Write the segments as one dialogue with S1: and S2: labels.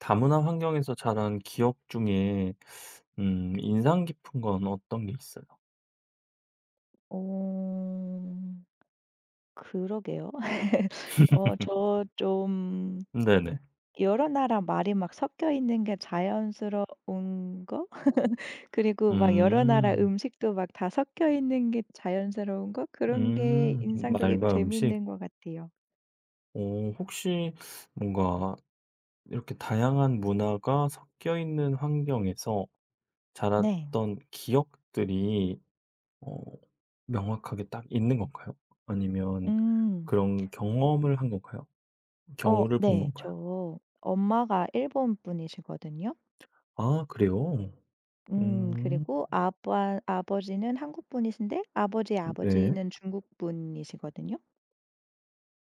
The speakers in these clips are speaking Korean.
S1: 다문화 환경에서 자란 기억 중에 인상 깊은 건 어떤 게 있어요?
S2: 어. 그러게요. 저 좀
S1: 네네.
S2: 여러 나라 말이 막 섞여 있는 게 자연스러운 거 그리고 막 여러 나라
S1: 음.
S2: 음식도 막 다 섞여 있는 게 자연스러운 거 그런 게 인상적이고
S1: 말과 음식.
S2: 재미있는 것 같아요.
S1: 오, 혹시 뭔가 이렇게 다양한 문화가 섞여 있는 환경에서
S2: 네.
S1: 자랐던 기억들이 어 명확하게 딱 있는 건가요? 아니면
S2: 음.
S1: 그런 경험을 한 건가요? 경우를 본
S2: 네.
S1: 건가요?
S2: 저 엄마가 일본 분이시거든요.
S1: 아 그래요? 음.
S2: 그리고 아빠 아버지는 한국 분이신데 아버지의
S1: 네.
S2: 아버지는 중국 분이시거든요.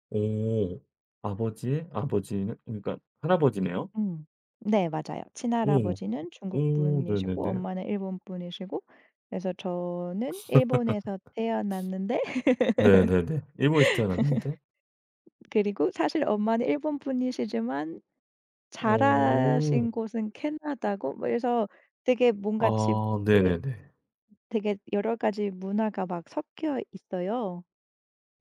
S1: 오. 아버지의 아버지는 그러니까 할아버지네요?
S2: 음. 네 맞아요.
S1: 오.
S2: 친할아버지는 중국
S1: 오
S2: 분이시고
S1: 네네네.
S2: 엄마는 일본 분이시고 그래서 저는 일본에서 태어났는데
S1: 네네네. 일본에서 태어났는데.
S2: 그리고 사실 엄마는 일본 분이시지만
S1: 오오오오.
S2: 자라신 곳은 캐나다고 뭐래서 되게 뭔가 집
S1: 아
S2: 에
S1: 네네네.
S2: 되게 여러 가지 문화가 막 섞여 있어요.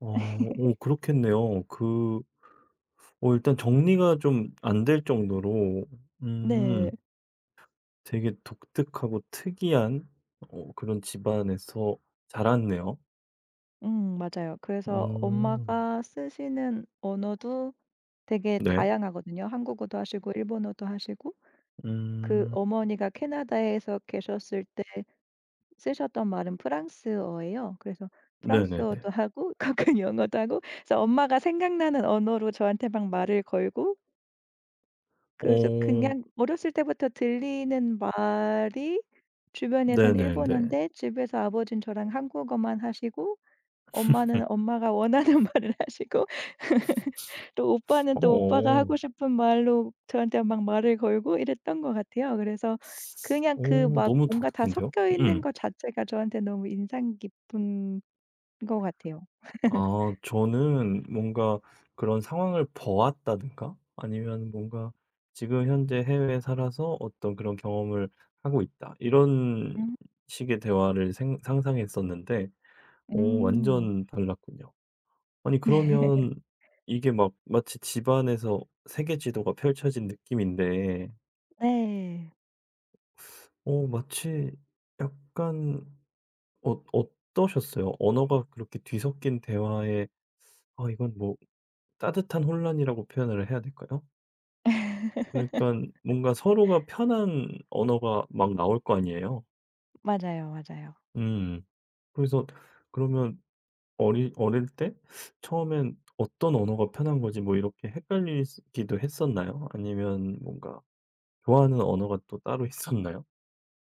S1: 오 그렇겠네요. 일단 정리가 좀 안 될 정도로 음
S2: 네.
S1: 되게 독특하고 특이한 그런 집안에서 자랐네요.
S2: 맞아요.
S1: 오
S2: 그래서 엄마가 쓰시는 언어도 되게
S1: 네.
S2: 다양하거든요. 한국어도 하시고 일본어도 하시고 그
S1: 음.
S2: 어머니가 캐나다에서 계셨을 때 쓰셨던 말은 프랑스어예요. 그래서
S1: 네네네.
S2: 프랑스어도 하고 가끔 영어도 하고 그래서 엄마가 생각나는 언어로 저한테 막 말을 걸고 그래서
S1: 오
S2: 그냥 어렸을 때부터 들리는 말이 주변에선
S1: 네네네.
S2: 일본어인데 집에서 아버지는 저랑 한국어만 하시고 엄마는 엄마가 원하는 말을 하시고 또 오빠는 또 오빠가
S1: 어.
S2: 하고 싶은 말로 저한테 막 말을 걸고 이랬던 것 같아요. 그래서 그냥 그
S1: 오
S2: 막
S1: 너무
S2: 뭔가 다
S1: 독특한데요?
S2: 섞여 있는
S1: 음.
S2: 것 자체가 저한테 너무 인상 깊은 것 같아요.
S1: 아 저는 뭔가 그런 상황을 보았다든가 아니면 뭔가 지금 현재 해외에 살아서 어떤 그런 경험을 하고 있다. 이런
S2: 음.
S1: 식의 대화를 생 상상했었는데 오
S2: 음.
S1: 완전 달랐군요. 아니 그러면 이게 막 마치 집안에서 세계 지도가 펼쳐진 느낌인데
S2: 네.
S1: 오 마치 약간 어떠셨어요? 언어가 그렇게 뒤섞인 대화에 '아 이건 뭐 따뜻한 혼란이라고 표현을 해야 될까요? 그러니 까 뭔가 서로가 편한 언어가 막 나올 거 아니에요.
S2: 맞아요, 맞아요.
S1: 음. 그래서 그러면 어리 어릴 때 처음엔 '어떤 언어가 편한 거지?' 뭐 이렇게 헷갈리기도 했었나요? 아니면 뭔가 좋아하는 언어가 또 따로 있었나요?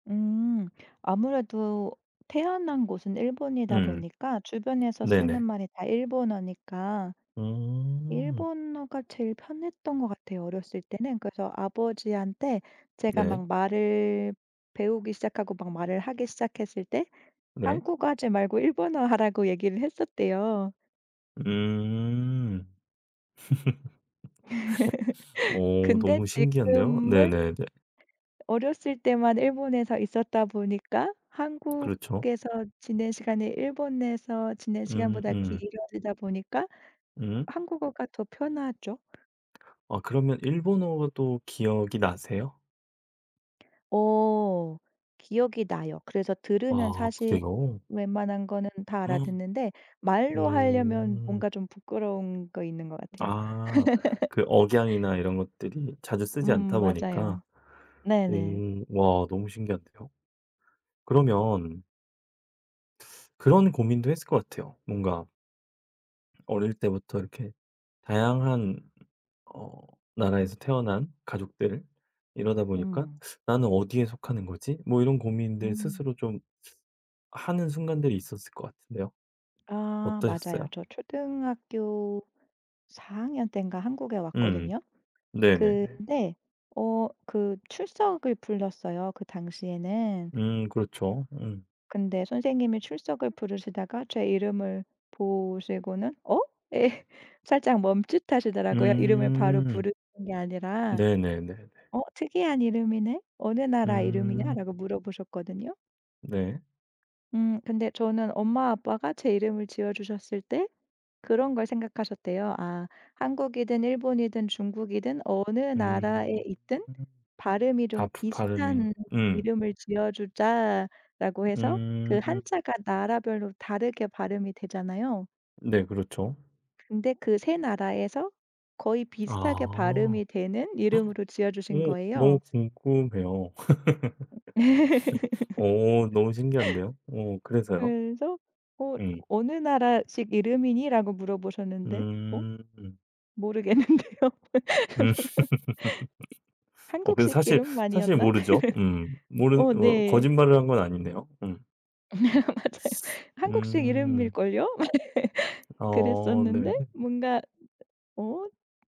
S2: 음. 아무래도 태어난 곳은 일본이다
S1: 음.
S2: 보니까 주변에서 쓰는
S1: 네네.
S2: 말이 다 일본어니까
S1: 음.
S2: 일본어가 제일 편했던 것 같아요 어렸을 때는. 그래서 아버지한테 제가
S1: 네.
S2: 막 말을 배우기 시작하고 막 말을 하기 시작했을 때
S1: 네.
S2: 한국어 하지 말고 일본어 하라고 얘기를 했었대요.
S1: 음. 오.
S2: 근데
S1: 너무 신기한데요.
S2: 지금은
S1: 네네네.
S2: 어렸을 때만 일본에서 있었다 보니까
S1: 그렇죠.
S2: 한국에서 지낸 시간이 일본에서 지낸
S1: 음음.
S2: 시간보다
S1: 음.
S2: 길어지다 보니까
S1: 음.
S2: 한국어가 더 편하죠.
S1: 아 그러면 일본어도 기억이 나세요?
S2: 어 기억이 나요. 그래서 들으면
S1: 아
S2: 사실
S1: 그래요?
S2: 웬만한 거는 다
S1: 헉,
S2: 알아듣는데 말로 하려면
S1: 음.
S2: 뭔가 좀 부끄러운 거 있는 것 같아요.
S1: 아 그 억양이나 이런 것들이 자주 쓰지
S2: 음
S1: 않다
S2: 맞아요.
S1: 보니까.
S2: 네네.
S1: 오. 와 너무 신기한데요. 그러면 그런 고민도 했을 것 같아요. 뭔가 어릴 때부터 이렇게 다양한 어 나라에서 태어난 가족들 이러다 보니까
S2: 음.
S1: '나는 어디에 속하는 거지?' 뭐 이런 고민들
S2: 음.
S1: 스스로 좀 하는 순간들이 있었을 것 같은데요.
S2: 아 맞아요.
S1: 어떠셨어요?
S2: 저 초등학교 4학년 학년 때인가 한국에
S1: 음.
S2: 왔거든요.
S1: 네네네.
S2: 근데 그 출석을 불렀어요, 그 당시에는.
S1: 그렇죠. 음.
S2: 근데 선생님이 출석을 부르시다가 제 이름을 보시고는 "어?" 예. 살짝 멈칫하시더라고요. 이름을 바로
S1: 음.
S2: 부르는 게 아니라
S1: 네네네네.
S2: "어 특이한 이름이네. 어느 나라
S1: 음.
S2: 이름이야?"라고 물어보셨거든요.
S1: 네.
S2: 근데 저는 엄마 아빠가 제 이름을 지어 주셨을 때 그런 걸 생각하셨대요. 아 한국이든 일본이든 중국이든 어느 나라에
S1: 음.
S2: 있든 발음이
S1: 아
S2: 좀
S1: 프 발음이.
S2: 비슷한
S1: 음.
S2: 이름을 지어 주자라고 해서 그
S1: 음.
S2: 한자가 나라별로 다르게 발음이 되잖아요.
S1: 네 그렇죠.
S2: 근데 그 세 나라에서 거의 비슷하게
S1: 아.
S2: 발음이 되는 이름으로 지어 주신
S1: 오 너무
S2: 거예요.
S1: 궁금해요. 오, 너무 신기한데요. 오, 그래서요?
S2: 그래서 "어
S1: 음.
S2: 어느 나라식 이름이니?"라고 물어보셨는데 어
S1: 음. 음.
S2: 모르겠는데요.
S1: 근데
S2: 한국식
S1: 사실
S2: 이름만이었나?
S1: 모르죠. 음. 모르 어
S2: 네.
S1: 거짓말을 한 건 아니네요. 음.
S2: 맞아요. 한국식
S1: 음.
S2: 이름일걸요?
S1: 어
S2: 그랬었는데
S1: 네.
S2: 뭔가 어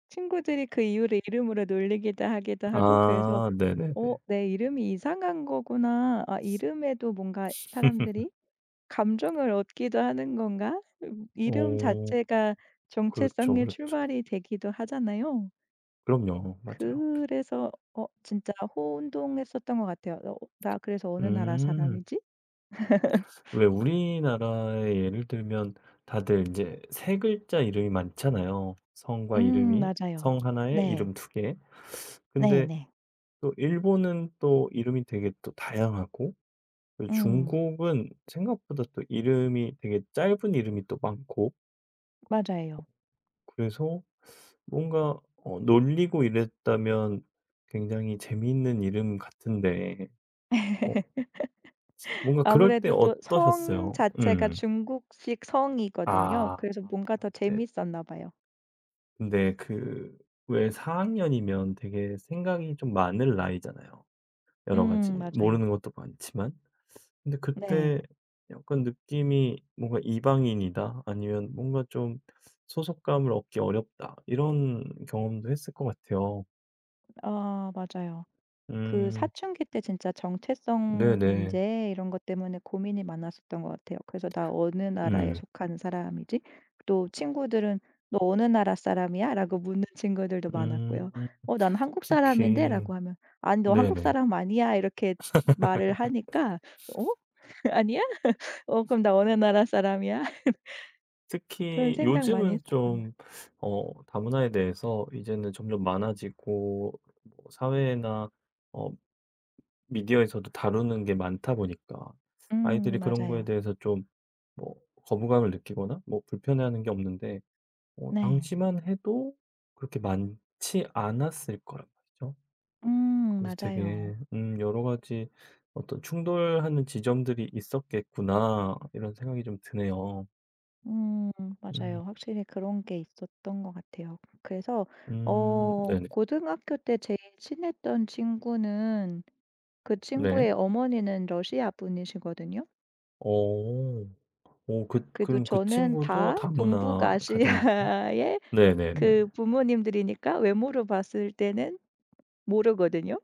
S2: 친구들이 그 이유를 이름으로 놀리기도 하기도 하고 그래서
S1: 아
S2: '어
S1: 네네네.
S2: 내 이름이 이상한 거구나. 아 이름에도 뭔가 사람들이 감정을 얻기도 하는 건가?' 이름
S1: 오,
S2: 자체가
S1: 그렇죠,
S2: 정체성의
S1: 그렇죠.
S2: 출발이 되기도 하잖아요.
S1: 그럼요. 맞아요.
S2: 그래서 진짜 혼동했었던 것 같아요. '어 나 그래서 어느 나라
S1: 음.
S2: 사람이지?'
S1: 왜 우리나라의 예를 들면 다들 이제 세 글자 이름이 많잖아요. 성과 이름이
S2: 맞아요.
S1: 성 하나에
S2: 네.
S1: 이름 두 개. 근데
S2: 네네.
S1: 또 일본은 또 이름이 되게 또 다양하고 그
S2: 음.
S1: 중국은 생각보다 또 이름이 되게 짧은 이름이 또 많고
S2: 맞아요.
S1: 그래서 뭔가 놀리고 이랬다면 굉장히 재미있는 이름 같은데 어 뭔가 그럴 때
S2: 아무래도 또 성
S1: 어떠셨어요?
S2: 자체가
S1: 음.
S2: 중국식 성이거든요.
S1: 아
S2: 그래서 뭔가 더
S1: 네.
S2: 재밌었나 봐요.
S1: 근데 그 왜 4학년 학년이면 되게 생각이 좀 많을 나이잖아요, 여러 가지.
S2: 맞아요.
S1: 모르는 것도 많지만. 근데 그때
S2: 네.
S1: 약간 느낌이 뭔가 '이방인이다.' 아니면 뭔가 좀 '소속감을 얻기 어렵다.' 이런 경험도 했을 것 같아요.
S2: 아 맞아요. 그
S1: 음.
S2: 사춘기 때 진짜 정체성
S1: 네네.
S2: 문제 이런 것 때문에 고민이 많았었던 것 같아요. 그래서 '나 어느 나라에
S1: 음.
S2: 속한 사람이지?' 또 친구들은 "너 어느 나라 사람이야?"라고 묻는 친구들도
S1: 음.
S2: 많았고요. "어 난 한국
S1: 특히
S2: 사람인데?"라고 하면 "아니 너 한국
S1: 네네.
S2: 사람 아니야." 이렇게 말을 하니까 "어? 아니야?" '그럼 나 어느 나라 사람이야?' 그런
S1: 특히
S2: 생각 많이
S1: 요즘은
S2: 했었던 것
S1: 좀
S2: 같
S1: 다문화에 대해서 이제는 점점 많아지고 뭐 사회나 어 미디어에서도 다루는 게 많다 보니까 아이들이 그런 거에
S2: 맞아요.
S1: 대해서 좀 뭐 거부감을 느끼거나 뭐 불편해하는 게 없는데
S2: 네.
S1: 당시만 해도 그렇게 많지 않았을 거란 말이죠. 그래서
S2: 맞아요.
S1: 되게 '여러 가지 어떤 충돌하는 지점들이 있었겠구나.' 이런 생각이 좀 드네요.
S2: 음 맞아요.
S1: 음.
S2: 확실히 그런 게 있었던 것 같아요. 그래서
S1: 음. 네네.
S2: 고등학교 때 제일 친했던 친구는 그
S1: 네.
S2: 친구의 어머니는 러시아 분이시거든요.
S1: 오, 오 그
S2: 그래도
S1: 그럼 그
S2: 저는
S1: 친구도
S2: 다
S1: 다문화 가정이네요.
S2: 동북아시아의
S1: 네네네.
S2: 그 부모님들이니까 외모로 봤을 때는 모르거든요.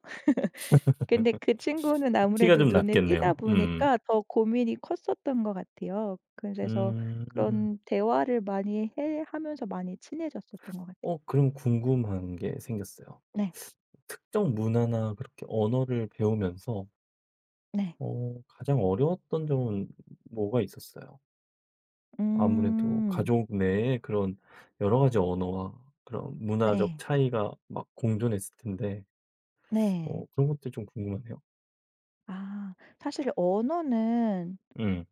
S2: 근데 그 친구는
S1: 티가
S2: 아무래도
S1: 좀
S2: 눈에 띄다
S1: 났겠네요. 음.
S2: 보니까 더 고민이 컸었던 것 같아요. 그래서
S1: 음.
S2: 그런 대화를 많이 해 하면서 많이 친해졌었던 것 같아요.
S1: 그럼 궁금한 게 생겼어요.
S2: 네.
S1: 특정 문화나 그렇게 언어를 배우면서
S2: 네.
S1: 가장 어려웠던 점은 뭐가 있었어요? 아무래도
S2: 음.
S1: 가족 내에 그런 여러 가지 언어와 그런 문화적
S2: 네.
S1: 차이가 막 공존했을 텐데
S2: 네.
S1: 그런 것들 좀 궁금하네요.
S2: 아 사실 언어는
S1: 음.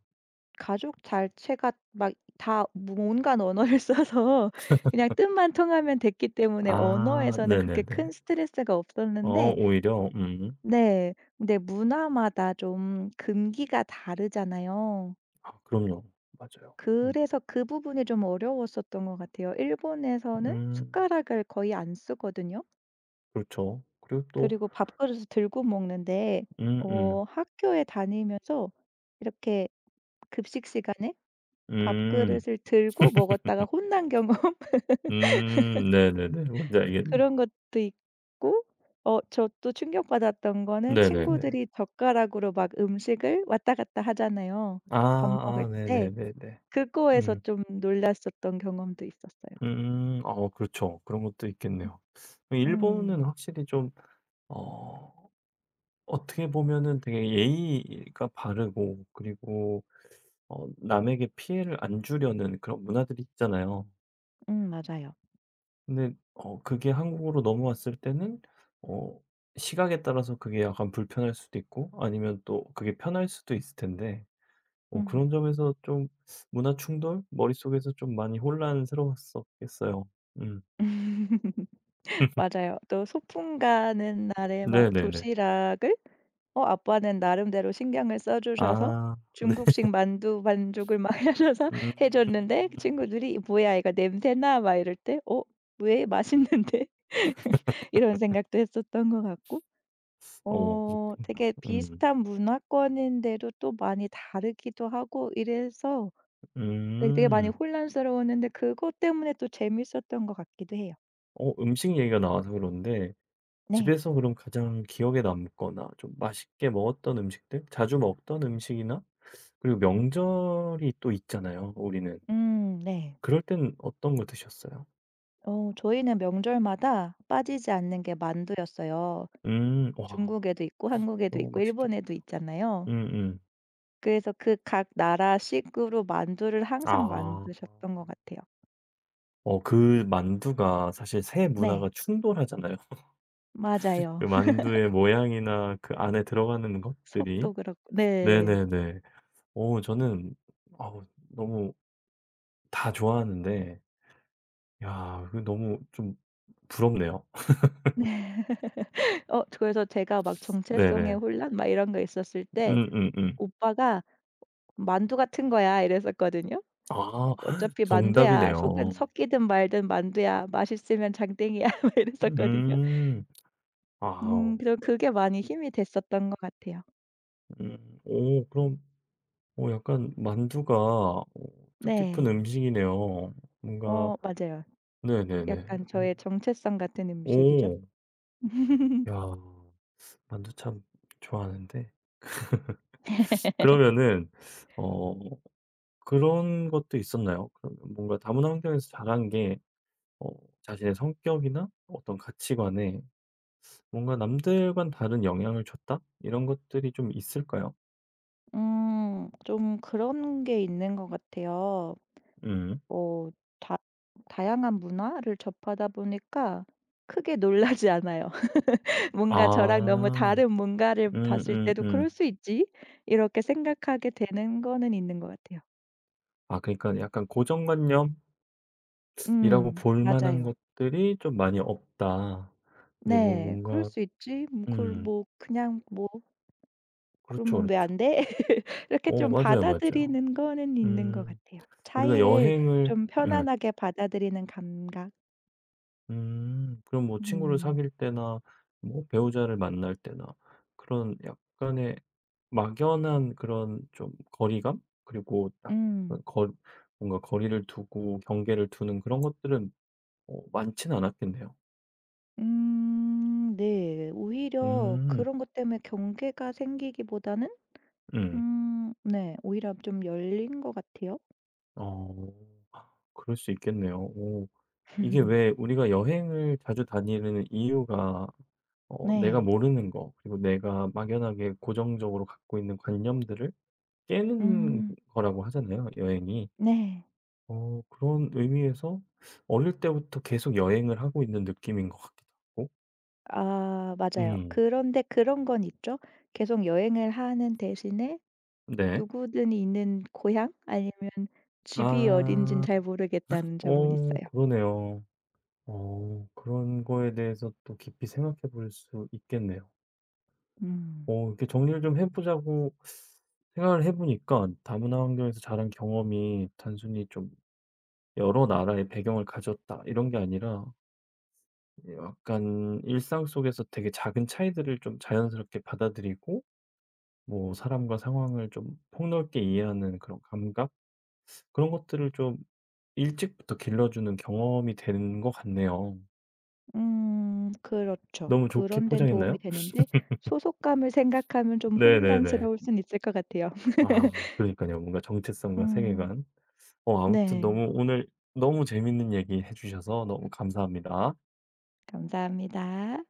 S2: 가족 자체가 막 다 온갖 언어를 써서 그냥 뜻만 통하면 됐기 때문에
S1: 아
S2: 언어에서는 그렇게
S1: 네네네.
S2: 큰 스트레스가 없었는데
S1: 오히려
S2: 네. 근데 문화마다 좀 금기가 다르잖아요.
S1: 아 그럼요. 맞아요. 음.
S2: 그래서 그 부분이 좀 어려웠었던 것 같아요. 일본에서는
S1: 음.
S2: 숟가락을 거의 안 쓰거든요.
S1: 그렇죠. 그리고 또
S2: 그리고 밥그릇을 들고 먹는데
S1: 음음. 음.
S2: 학교에 다니면서 이렇게 급식 시간에
S1: 음.
S2: 밥그릇을 들고 먹었다가 혼난 경우
S1: 네네네. 뭔지
S2: 그런
S1: 알겠네요.
S2: 것도 있고 저 또 충격받았던 거는
S1: 네네네.
S2: 친구들이 젓가락으로 막 음식을 왔다 갔다 하잖아요,
S1: 아
S2: 밥 먹을
S1: 아
S2: 때.
S1: 네네네네.
S2: 그거에서
S1: 음.
S2: 좀 놀랐었던 경험도 있었어요.
S1: 음. 그렇죠. 그런 것도 있겠네요.
S2: 음.
S1: 일본은 확실히 좀 어 어떻게 보면은 되게 예의가 바르고 그리고 남에게 피해를 안 주려는 그런 문화들이 있잖아요.
S2: 맞아요.
S1: 근데 그게 한국으로 넘어왔을 때는 어 시각에 따라서 그게 약간 불편할 수도 있고 아니면 또 그게 편할 수도 있을 텐데
S2: 음.
S1: 그런 점에서 좀 문화 충돌? 머릿속에서 좀 많이 혼란스러웠었겠어요. 음.
S2: 맞아요. 또 소풍 가는 날에 막
S1: 네네네.
S2: 도시락을 아빠는 나름대로 신경을 써 주셔서
S1: 아 네.
S2: 중국식 만두 반죽을 막 하셔서
S1: 음.
S2: 해 줬는데 그 친구들이 '뭐야 이거 냄새나?' 막 이럴 때 '어 왜? 맛있는데?' 이런 생각도 했었던 것 같고
S1: 그렇군요.
S2: 되게
S1: 음.
S2: 비슷한 문화권인데도 또 많이 다르기도 하고 이래서 네 되게 많이
S1: 음.
S2: 혼란스러웠는데 그것 때문에 또 재밌었던 것 같기도 해요.
S1: 음식 얘기가 나와서 그런데
S2: 네.
S1: 집에서 그럼 가장 기억에 남거나 좀 맛있게 먹었던 음식들? 자주 먹던 음식이나 그리고 명절이 또 있잖아요, 우리는.
S2: 네.
S1: 그럴 땐 어떤 거 드셨어요?
S2: 저희는 명절마다 빠지지 않는 게 만두였어요.
S1: 음. 와
S2: 중국에도 있고 한국에도
S1: 너무
S2: 있고
S1: 맛있겠다.
S2: 일본에도 있잖아요.
S1: 음음.
S2: 그래서 그 각 나라식으로 만두를 항상
S1: 아.
S2: 만드셨던 것 같아요.
S1: 그 만두가 사실 세 문화가
S2: 네.
S1: 충돌하잖아요.
S2: 맞아요.
S1: 그 만두의 모양이나 그 안에 들어가는 것들이.
S2: 속도 그렇고 네.
S1: 네네네. 오, 저는 아우 너무 다 좋아하는데 야 너무 좀 부럽네요.
S2: 그래서 제가 막 정체성의
S1: 네네.
S2: 혼란 막 이런 거 있었을 때
S1: 음음음.
S2: 오빠가 "만두 같은 거야." 이랬었거든요.
S1: 아
S2: 뭐 "어차피 만두야. 속은
S1: 정답이네요.
S2: 섞이든 말든 만두야. 맛있으면 장땡이야." 막 이랬었거든요.
S1: 음. 아.
S2: 그래서 그게 많이 힘이 됐었던 것 같아요.
S1: 음. 오 그럼 약간 만두가 뜻깊은
S2: 네.
S1: 음식이네요. 뭔가
S2: 맞아요.
S1: 네네네.
S2: 약간
S1: 오.
S2: 저의 정체성 같은 음식이죠.
S1: 오. 야 만두 참 좋아하는데 그러면은 어 그런 것도 있었나요? 그러면 뭔가 다문화 환경에서 자란 게 어 자신의 성격이나 어떤 가치관에 뭔가 '남들과는 다른 영향을 줬다.' 이런 것들이 좀 있을까요?
S2: 좀 그런 게 있는 것 같아요.
S1: 음.
S2: 뭐 다 다양한 문화를 접하다 보니까 크게 놀라지 않아요. 뭔가 저랑 너무
S1: 아.
S2: 다른 뭔가를 봤을 때도 '그럴
S1: 음음음.
S2: 수 있지.' 이렇게 생각하게 되는 거는 있는 것 같아요.
S1: 아 그러니까 약간 고정관념 '일하고
S2: 음.
S1: 볼 만한
S2: 맞아요.
S1: 것들이 좀 많이 없다.' 그리고
S2: 네. "그럴
S1: 뭔가
S2: 수 있지. 뭐 그걸
S1: 음
S2: 뭐 그냥 뭐
S1: 그렇죠,
S2: 그러면 왜 안
S1: 그렇죠.
S2: 돼?" 이렇게 좀
S1: 맞아요, 맞아요.
S2: 받아들이는 거는 있는 것
S1: 음
S2: 같아요.
S1: 우리가
S2: 차이를
S1: 여행을
S2: 좀
S1: 예.
S2: 편안하게 받아들이는 감각.
S1: 그럼 뭐 친구를
S2: 음.
S1: 사귈 때나 뭐 배우자를 만날 때나 그런 약간의 막연한 그런 좀 거리감? 그리고 딱
S2: 음.
S1: 그 거 뭔가 거리를 두고 경계를 두는 그런 것들은 많진 않았겠네요.
S2: 네. 오히려
S1: 음.
S2: 그런 것 때문에 경계가 생기기보다는
S1: 음.
S2: 음 네 오히려 좀 열린 것 같아요.
S1: 어. 그럴 수 있겠네요. 오. 이게 왜 우리가 여행을 자주 다니는 이유가 내가
S2: 네.
S1: 모르는 거 그리고 내가 막연하게 고정적으로 갖고 있는 관념들을 깨는
S2: 음.
S1: 거라고 하잖아요, 여행이.
S2: 네.
S1: 그런 의미에서 어릴 때부터 계속 여행을 하고 있는 느낌인 것 같기도 하고.
S2: 아 맞아요.
S1: 음.
S2: 그런데 그런 건 있죠. 계속 여행을 하는 대신에
S1: 네.
S2: 누구든 있는 고향 아니면 집이 어딘진
S1: 아.
S2: 잘 모르겠다는 점은 있어요.
S1: 그러네요. 그런 거에 대해서 또 깊이 생각해 볼 수 있겠네요.
S2: 음.
S1: 이렇게 정리를 좀 해 보자고 생각을 해 보니까 다문화 환경에서 자란 경험이 단순히 좀 '여러 나라의 배경을 가졌다.' 이런 게 아니라 약간 일상 속에서 되게 작은 차이들을 좀 자연스럽게 받아들이고 뭐 사람과 상황을 좀 폭넓게 이해하는 그런 감각? 그런 것들을 좀 일찍부터 길러주는 경험이 되는 것 같네요.
S2: 그렇죠.
S1: 너무 좋게
S2: 그런 데는 도움이
S1: 포장했나요?
S2: 되는데 소속감을 생각하면 좀
S1: 네네네.
S2: 혼란스러울 순 있을 것 같아요.
S1: 아 그러니깐요. 뭔가 정체성과
S2: 음
S1: 세계관. 아무튼
S2: 네.
S1: 너무 오늘 너무 재밌는 얘기 해 주셔서 너무 감사합니다.
S2: 감사합니다.